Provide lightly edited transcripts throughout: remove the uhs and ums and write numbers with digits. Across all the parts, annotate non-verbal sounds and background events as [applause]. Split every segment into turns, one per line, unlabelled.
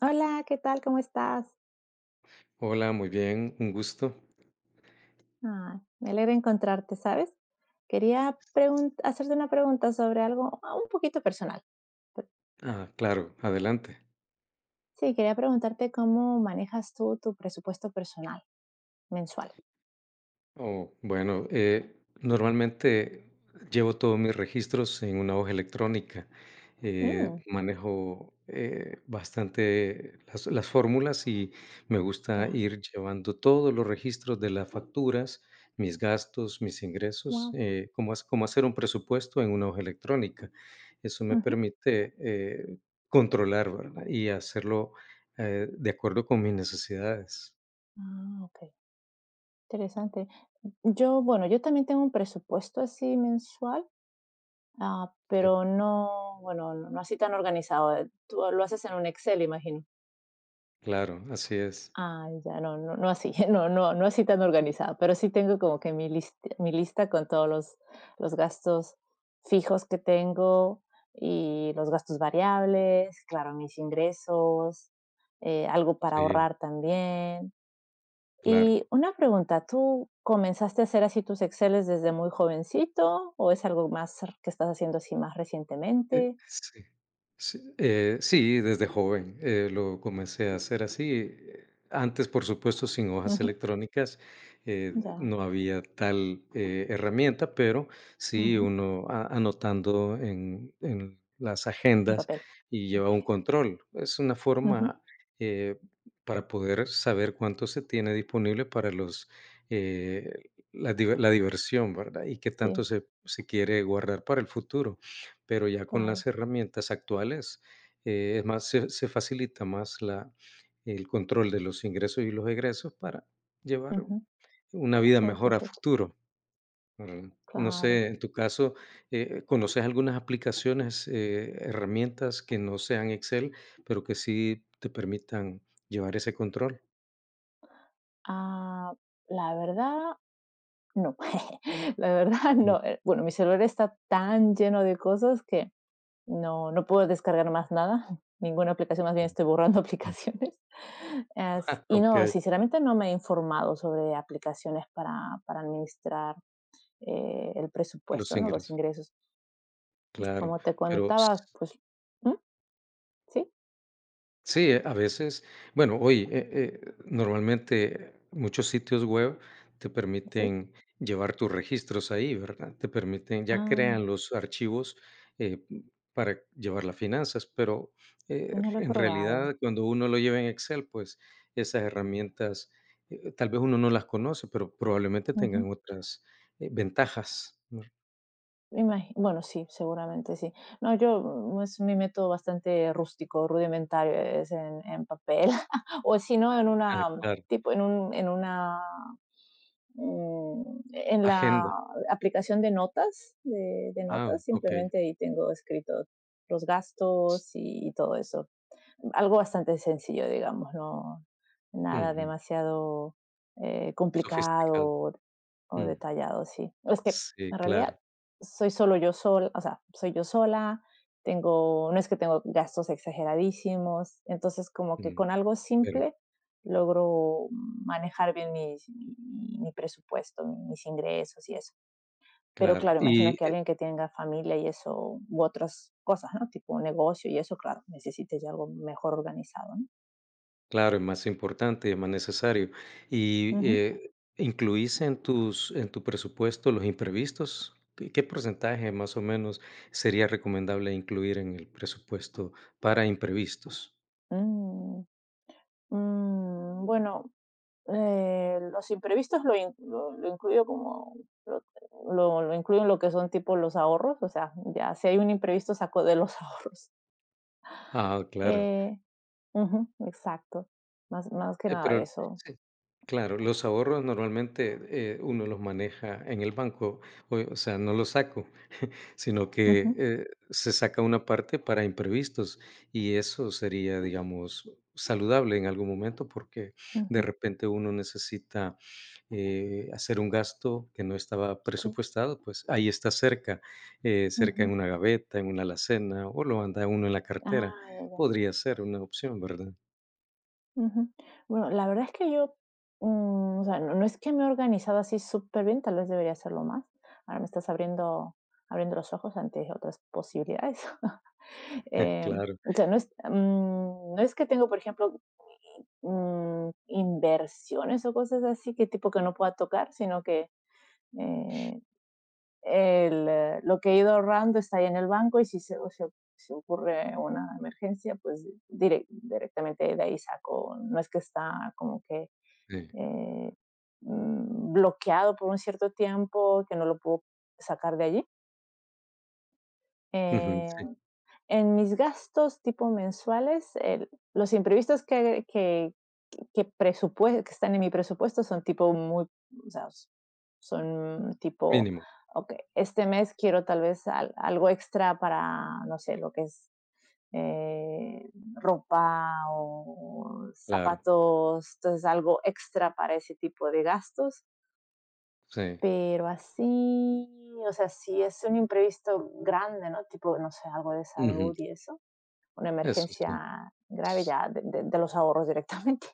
Hola, ¿qué tal? ¿Cómo estás?
Hola, muy bien, un gusto.
Me alegra encontrarte, ¿sabes? Quería hacerte una pregunta sobre algo un poquito personal. Pe-
Ah, claro, adelante.
Sí, quería preguntarte cómo manejas tú tu presupuesto personal mensual.
Oh, bueno, normalmente llevo todos mis registros en una hoja electrónica.
Mm,
Manejo bastante las fórmulas y me gusta
ya,
ir llevando todos los registros de las facturas, mis gastos, mis ingresos,
wow.
como, como hacer un presupuesto en una hoja electrónica. Eso me
Ujú.
permite eh, controlar, ¿verdad? Y hacerlo de acuerdo con mis necesidades.
Ah, ok, interesante. Yo, bueno, yo también tengo un presupuesto así mensual,
Sí.
pero no, bueno, no así tan organizado. Tú lo haces en un Excel, imagino.
Claro, así es.
Ah, ya, no, no, no así, [laughs] no, no, no así tan organizada, pero sí tengo como que mi lista con todos los gastos fijos que tengo y los gastos variables, claro, mis ingresos, algo para
Sí.
ahorrar también.
Claro.
Y una pregunta, ¿tú comenzaste a hacer así tus Exceles desde muy jovencito o es algo más que estás haciendo así más
Eh,
recientemente?
sí, sí, eh, sí, desde joven, lo comencé a hacer así. Antes, por supuesto, sin hojas
Ujú,
electrónicas,
ya,
no había tal, herramienta, pero sí
ujú,
uno a anotando en las
en
agendas
papel.
y lleva un
Okey.
control. Es una
Ujú,
forma, eh, para poder saber cuánto se tiene disponible para los, eh, la diver la diversión, ¿verdad? Y qué tanto
sí,
se quiere guardar para el futuro. Pero ya con
claro.
las herramientas actuales, es más, se facilita más la el control de los ingresos y los egresos para llevar
Ujú.
una vida
Cierto,
mejor a
cierto,
futuro, ¿verdad? No
claro.
sé, en tu caso, ¿conoces algunas aplicaciones, herramientas que no sean Excel, pero que sí te permitan llevar ese control?
Ah, la verdad, no. [laughs] La verdad,
Ujú.
no. Bueno, mi celular está tan lleno de cosas que no, no puedo descargar más nada, [laughs] ninguna aplicación, más bien estoy borrando [laughs]
Ah,
aplicaciones. Y no,
okey,
sinceramente no me he informado sobre aplicaciones para administrar el
los
presupuesto, ¿no? Los
ingresos,
ingresos.
claro,
Como te
pero
contaba,
s
pues, ¿Mm? Sí,
sí, a veces, bueno, hoy, normalmente muchos sitios web te
sí.
permiten llevar tus registros ahí, ¿verdad? Te permiten ya
Ah,
crean los archivos, eh, para llevar las finanzas, pero,
no lo he
en
probado.
realidad, cuando uno lo lleva en Excel, pues, esas herramientas, tal vez uno no las conoce, pero probablemente tengan otras, ventajas, ¿no?
Me imagi Bueno, sí, seguramente sí. No, yo, es mi método bastante rústico, rudimentario, es en papel, [laughs] o si no, en
Ah,
una,
claro.
tipo, en un en una, en la
Agenda.
aplicación de notas, de
Ah,
notas,
okey.
simplemente ahí tengo escrito los
S
gastos y todo eso, algo bastante sencillo, digamos, no nada
ujú.
demasiado complicado
Sofisticado.
o
Mm.
detallado, sí. Es que
Sí,
en realidad
claro,
soy solo yo sola, o sea, soy yo sola, tengo, no es que tengo gastos exageradísimos, entonces como que
mm,
con algo
pero
simple logro manejar bien mi, mi, mi presupuesto, mis ingresos y eso. Pero
claro,
claro,
y,
imagino que alguien que tenga familia y eso, u otras cosas, ¿no? Tipo un negocio y eso, claro, necesite ya algo mejor organizado, ¿no?
claro, es más importante, es más necesario. Y,
Ujú.
¿incluís en tus en tu presupuesto los imprevistos? ¿Qué porcentaje, más o menos, sería recomendable incluir en el presupuesto para imprevistos?
Mm, bueno, los imprevistos lo incluyo como, lo, lo incluyo en lo que son tipo los ahorros, o sea, ya si hay un imprevisto saco de los [laughs] ahorros.
Ah, claro,
Eh, ujú, exacto, más, más que nada
pero
eso.
sí, claro, los ahorros normalmente, uno los maneja en el banco, o sea, no los saco. Sino que,
Ujú,
se saca una parte para imprevistos, y eso sería, digamos, saludable en algún momento, porque de
ujú,
repente uno necesita, hacer un gasto que no estaba
sí,
presupuestado, pues ahí está cerca, cerca en
ujú.
una gaveta, en una alacena, o lo anda uno en la cartera.
Ah, ya, ya.
Podría ser una opción, ¿verdad?
Ujú. Bueno, la verdad es que yo, o sea, no, no es que me he organizado así súper bien, tal vez debería hacerlo más. Ahora me estás abriendo, abriendo los ojos ante otras posibilidades. [laughs]
[laughs]
Eh,
Claro,
o sea, no es, no es que tengo, por ejemplo, inversiones o cosas así que tipo que no pueda tocar, sino que eh, lo que he ido ahorrando está ahí en el banco y si se ocurre una emergencia, pues directamente de ahí saco. No es que está como que
sí.
eh, bloqueado por un cierto tiempo que no lo puedo sacar de allí.
Ujú,
Eh,
sí,
en mis gastos tipo mensuales, los imprevistos presupuesto, que están en mi presupuesto son tipo muy, o sea, son tipo,
mínimo,
ok, este mes quiero tal vez algo extra para, no sé, lo que es eh, ropa o
claro,
zapatos, entonces algo extra para ese tipo de gastos.
sí.
Pero así, o sea, si es un imprevisto grande, ¿no? Tipo, no sé, algo de
Ujú,
salud y eso, una
eso sí.
emergencia grave ya de los ahorros directamente.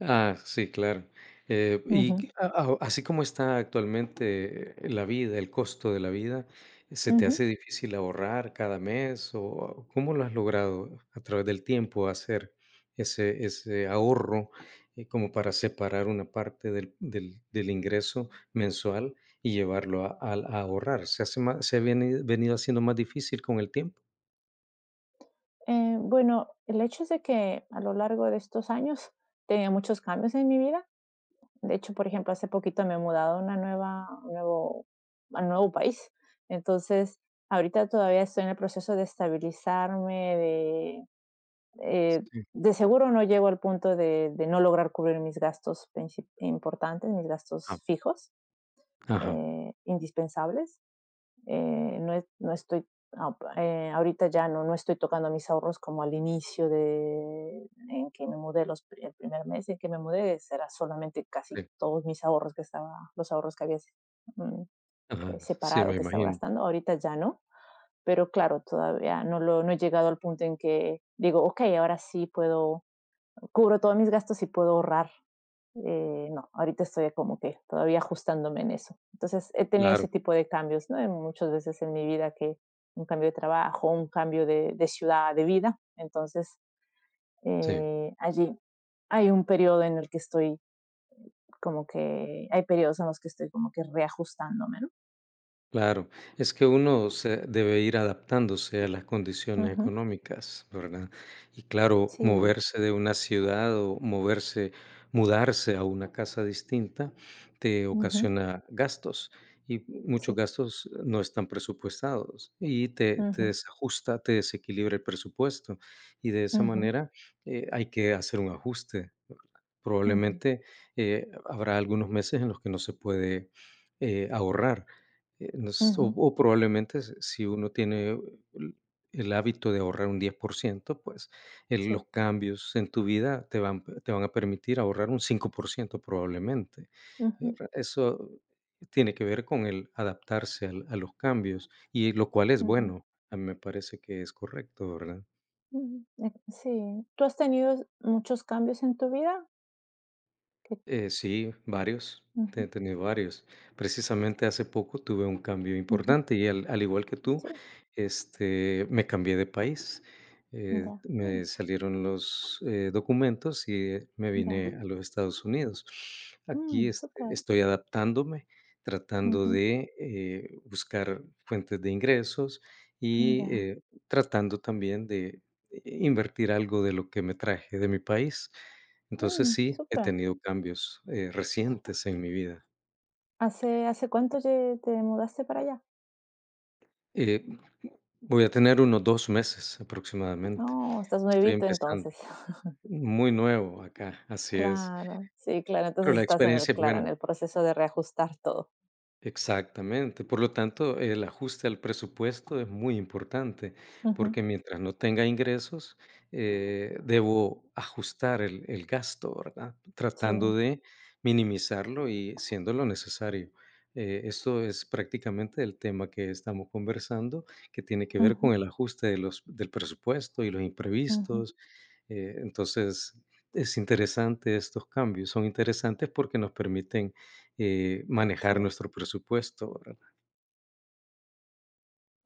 Ah, sí, claro.
Uh
Y
-huh.
que a así como está actualmente la vida, el costo de la vida, ¿se
Uh
te
-huh.
hace difícil ahorrar cada mes? ¿O cómo lo has logrado a través del tiempo hacer ese ahorro, como para separar una parte del ingreso mensual y llevarlo a ahorrar? ¿Se ha venido haciendo más difícil con el tiempo?
Bueno, el hecho es de que a lo largo de estos años [laughs] tenía muchos cambios en mi vida. De hecho, por ejemplo, hace poquito me he mudado a un nuevo país. Entonces, ahorita todavía estoy en el proceso de estabilizarme, eh,
Sí.
de seguro no llego al punto de no lograr cubrir mis importantes, mis
Ajá,
gastos fijos,
ajá,
indispensables. No estoy ahorita ya no, no estoy tocando mis ahorros como al inicio de en que me mudé los el primer mes en que me mudé, era solamente casi
sí,
todos mis ahorros que estaba, los ahorros que había mm,
ajá, sí,
separado
me
que estaba
imagino.
gastando, ahorita ya no, pero claro, todavía no he llegado al punto en que digo, ok, ahora sí puedo cubro todos mis gastos y puedo ahorrar. No, ahorita estoy como que todavía ajustándome en eso. Entonces, he tenido
Claro,
ese tipo de cambios, ¿no? En muchas veces en mi vida que un cambio de trabajo, un cambio de ciudad, de vida. Entonces,
sí.
allí hay un periodo en el que estoy como que, hay periodos en los que estoy como que reajustándome, ¿no?
Claro, es que uno se debe ir adaptándose a las condiciones
Ujú,
económicas, ¿verdad? Y claro,
sí,
moverse de una ciudad o mudarse a una casa distinta te
ujú,
ocasiona gastos y muchos
sí,
gastos no están presupuestados y te
ujú,
desajusta, te desequilibra el presupuesto y de esa
ujú,
manera hay que hacer un ajuste.
ujú,
Probablemente, habrá algunos meses en los que no se puede, ahorrar, nos
ujú,
o probablemente s si uno tiene el el hábito de ahorrar un 10%, pues, el
sí,
los cambios en tu vida te van a permitir ahorrar un 5% probablemente.
ujú,
Eso tiene que ver con el adaptarse al a los cambios, y lo cual es
ujú.
bueno, a mí me parece que es correcto, ¿verdad?
Ujú, sí, ¿tú has tenido muchos cambios en tu vida? Que
Sí, varios, he
ujú,
tenido varios. Precisamente hace poco tuve un cambio
ujú,
importante y al igual que tú,
sí,
me cambié de país.
ya, mm,
Me salieron los documentos y me
ya,
vine a los Estados Unidos. Aquí
mm, súper,
estoy adaptándome, tratando
ujú,
de buscar fuentes de ingresos y
ya,
tratando también de invertir algo de lo que me traje de mi país. Entonces
mm,
sí, he
súper.
tenido cambios, recientes en mi vida.
Hace cuánto lle te mudaste para allá?
Eh, Voy a tener unos 2 meses aproximadamente.
No, estás
Estoy
nuevito
empezando,
entonces. [laughs]
muy nuevo acá, así es,
Claro, sí, claro,
pero
entonces
la
estás en el
experiencia es
claro,
buena.
en el proceso de reajustar todo.
Exactamente. Por lo tanto, el ajuste al presupuesto es muy importante,
Ujú,
porque mientras no tenga ingresos, debo ajustar el gasto, ¿verdad?
sí,
Tratando de minimizarlo y siendo lo necesario. Esto es prácticamente el tema que estamos conversando, que tiene que ver
ujú,
con el ajuste de del presupuesto y los
ujú,
imprevistos, entonces, es interesante estos cambios, son interesantes porque nos permiten, manejar
sí.
nuestro presupuesto, ¿verdad?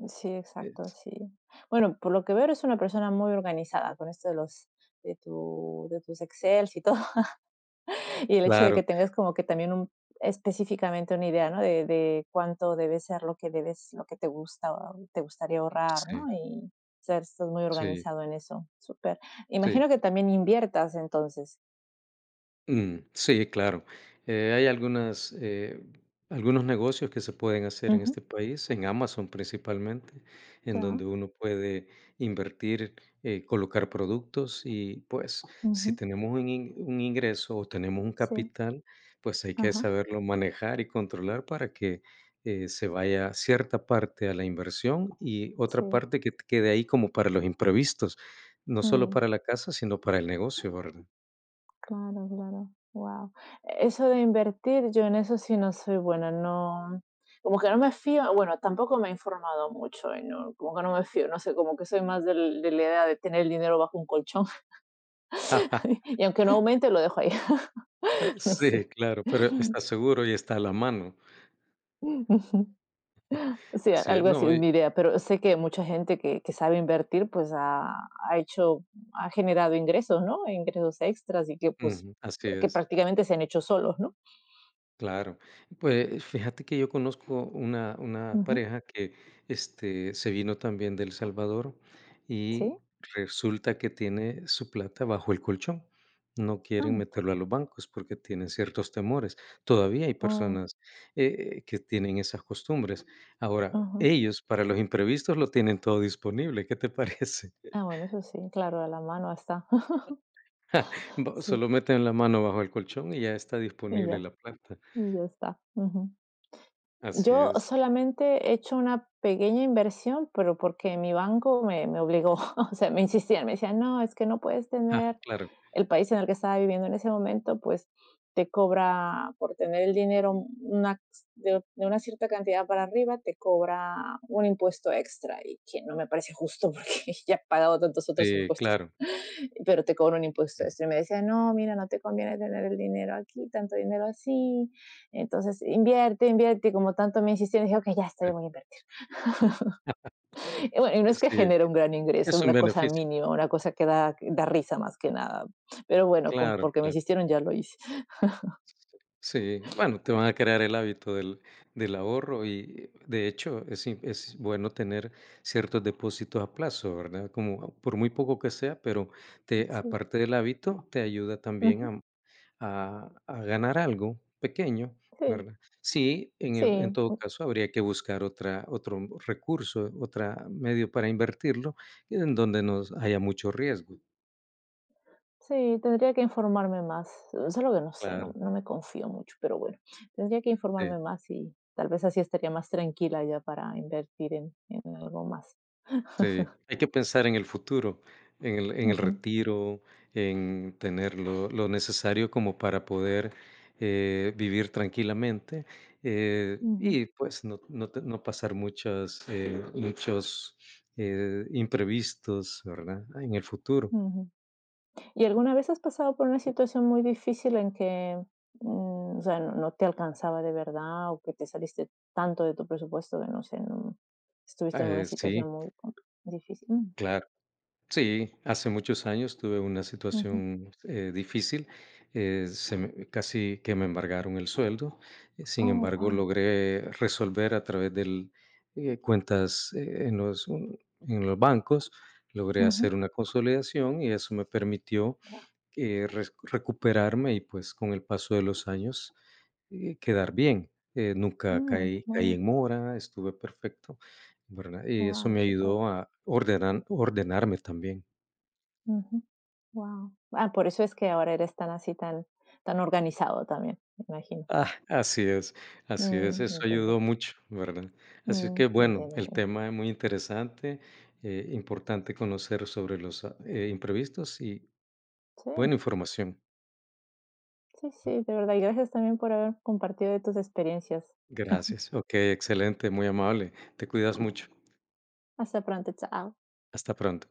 Sí, exacto,
Es
sí. Bueno, por lo que veo eres una persona muy organizada con esto de los de tus excels y todo, [laughs] y el hecho de
claro,
que tengas como que también un específicamente una idea, ¿no? De cuánto debe ser lo que debes, lo que te gusta o te gustaría ahorrar,
sí,
¿no? Y ser estás muy
sí,
organizado en eso. Súper.
sí.
Imagino que también inviertas entonces.
Mm, sí, claro. Hay algunas, algunos negocios que se pueden hacer en
Ujú,
este país, en Amazon principalmente, en
ya,
donde uno puede invertir, colocar productos y pues si
ujú,
tenemos un ingreso o tenemos un
sí,
capital, pues hay que
ajá,
saberlo manejar y controlar para que se vaya cierta parte a la inversión y
sí,
otra parte que quede ahí como para los imprevistos, no solo
mm.
para la casa, sino para el negocio, ¿verdad?
Claro, claro. Wow, eso de invertir, yo en eso sí no soy buena, no, como que no me fío, bueno, tampoco me he informado mucho y no, como que no me fío, no sé, como que soy más del de la idea de tener el dinero bajo un colchón
[laughs]
[laughs] y aunque no aumente, lo dejo ahí,
Ah,
[laughs] no
sí,
sé.
claro, pero está seguro y está a la mano.
Ujú. Sí,
Así es,
algo así
no,
es
y
mi idea, pero sé que mucha gente que sabe invertir, pues, ha hecho ha generado ingresos, ¿no? Ingresos extras y que, pues,
ujú, así
que
es,
prácticamente se han hecho solos, ¿no?
claro. Pues, fíjate que yo conozco una
Ujú,
pareja que, se vino también de El Salvador y
sí.
resulta que tiene su plata bajo el colchón. No quieren
Ah,
meterlo a los bancos porque tienen ciertos temores. Todavía hay
oh,
personas, que tienen esas costumbres. Ahora,
ajá.
ellos para los imprevistos lo tienen todo disponible, ¿qué te [laughs] parece?
Ah, bueno, eso sí, claro, a la mano está. [laughs]
[laughs] Ba
Sí,
Solo meten la mano bajo el colchón y ya está
y
disponible
ya,
la planta.
y ya está. Ujú.
Así
Yo
es.
solamente he hecho una pequeña inversión, pero porque mi banco me obligó, [laughs] o sea, me insistían, me decían, no, es que no puedes
Ajá,
tener
claro.
el país en el que estaba viviendo en ese momento, pues te cobra por tener el dinero una, de una cierta cantidad para arriba, te cobra un impuesto extra y que no me parece justo porque [laughs] ya he pagado tantos otros
Sí,
impuestos
claro.
pero te cobran un impuesto extra. Y me decía, no, mira, no te conviene tener el dinero aquí, tanto dinero así. Entonces, invierte, invierte. Y como tanto me insistieron, dije, ok, ya está,
Ujú,
yo voy a invertir. Y bueno, y no es que
sí,
genere un gran ingreso,
es un
una cosa
beneficio.
mínima, una cosa que da, da risa más que nada. Pero bueno,
Claro,
porque me
claro.
insistieron, ya lo hice.
Sí, bueno, te van a crear el hábito del ahorro y, de hecho, es bueno tener ciertos depósitos a plazo, ¿verdad? Como por muy poco que sea, pero te
Sí,
aparte del hábito, te ayuda también
ujú,
a ganar algo pequeño,
sí,
¿verdad? Sí, en
sí.
todo caso, habría que buscar otra otro recurso, otro medio para invertirlo, en donde no haya mucho riesgo.
Sí, tendría que informarme más. Solo que no sé,
Claro,
no, no me confío mucho, pero bueno, tendría que
sí.
informarme más y tal vez así estaría más tranquila ya para invertir en algo más.
Sí, hay que pensar en el futuro, en el
Ujú,
retiro, en tener lo necesario como para poder, vivir tranquilamente,
ujú,
y pues no pasar muchos, imprevistos, ¿verdad? En el futuro.
ujú. ¿Y alguna vez has pasado por una situación muy difícil en que, o sea, no, no te alcanzaba de verdad o que te saliste tanto de tu presupuesto que no sé, estuviste en una
Sí,
situación muy difícil? Mm,
claro. Sí, hace muchos años tuve una
ujú.
situación difícil, casi que me embargaron el sueldo, sin
Oh,
embargo
wow.
logré resolver a través de cuentas en los bancos, logré
Ujú,
hacer una consolidación y eso me permitió
ya.
recuperarme y pues con el paso de los años quedar bien. Nunca
Mm,
caí
bueno,
en mora, estuve perfecto, ¿verdad? Y eso
wow,
me
súper.
ayudó a ordenarme también.
Ujú, wow. Ah, por eso es que ahora eres tan así, tan, tan organizado también, me imagino.
Ah, así es,
Mm,
eso
entiendo.
ayudó mucho, ¿verdad? Así
Mm,
que bueno,
entiendo,
el
entiendo.
tema es muy interesante, importante conocer sobre los imprevistos y buena
Sí.
información.
Sí, sí, de verdad. Y gracias también por haber compartido de tus experiencias.
Gracias. Ok, excelente, muy amable. Te cuidas mucho.
Hasta pronto, chao.
Hasta pronto.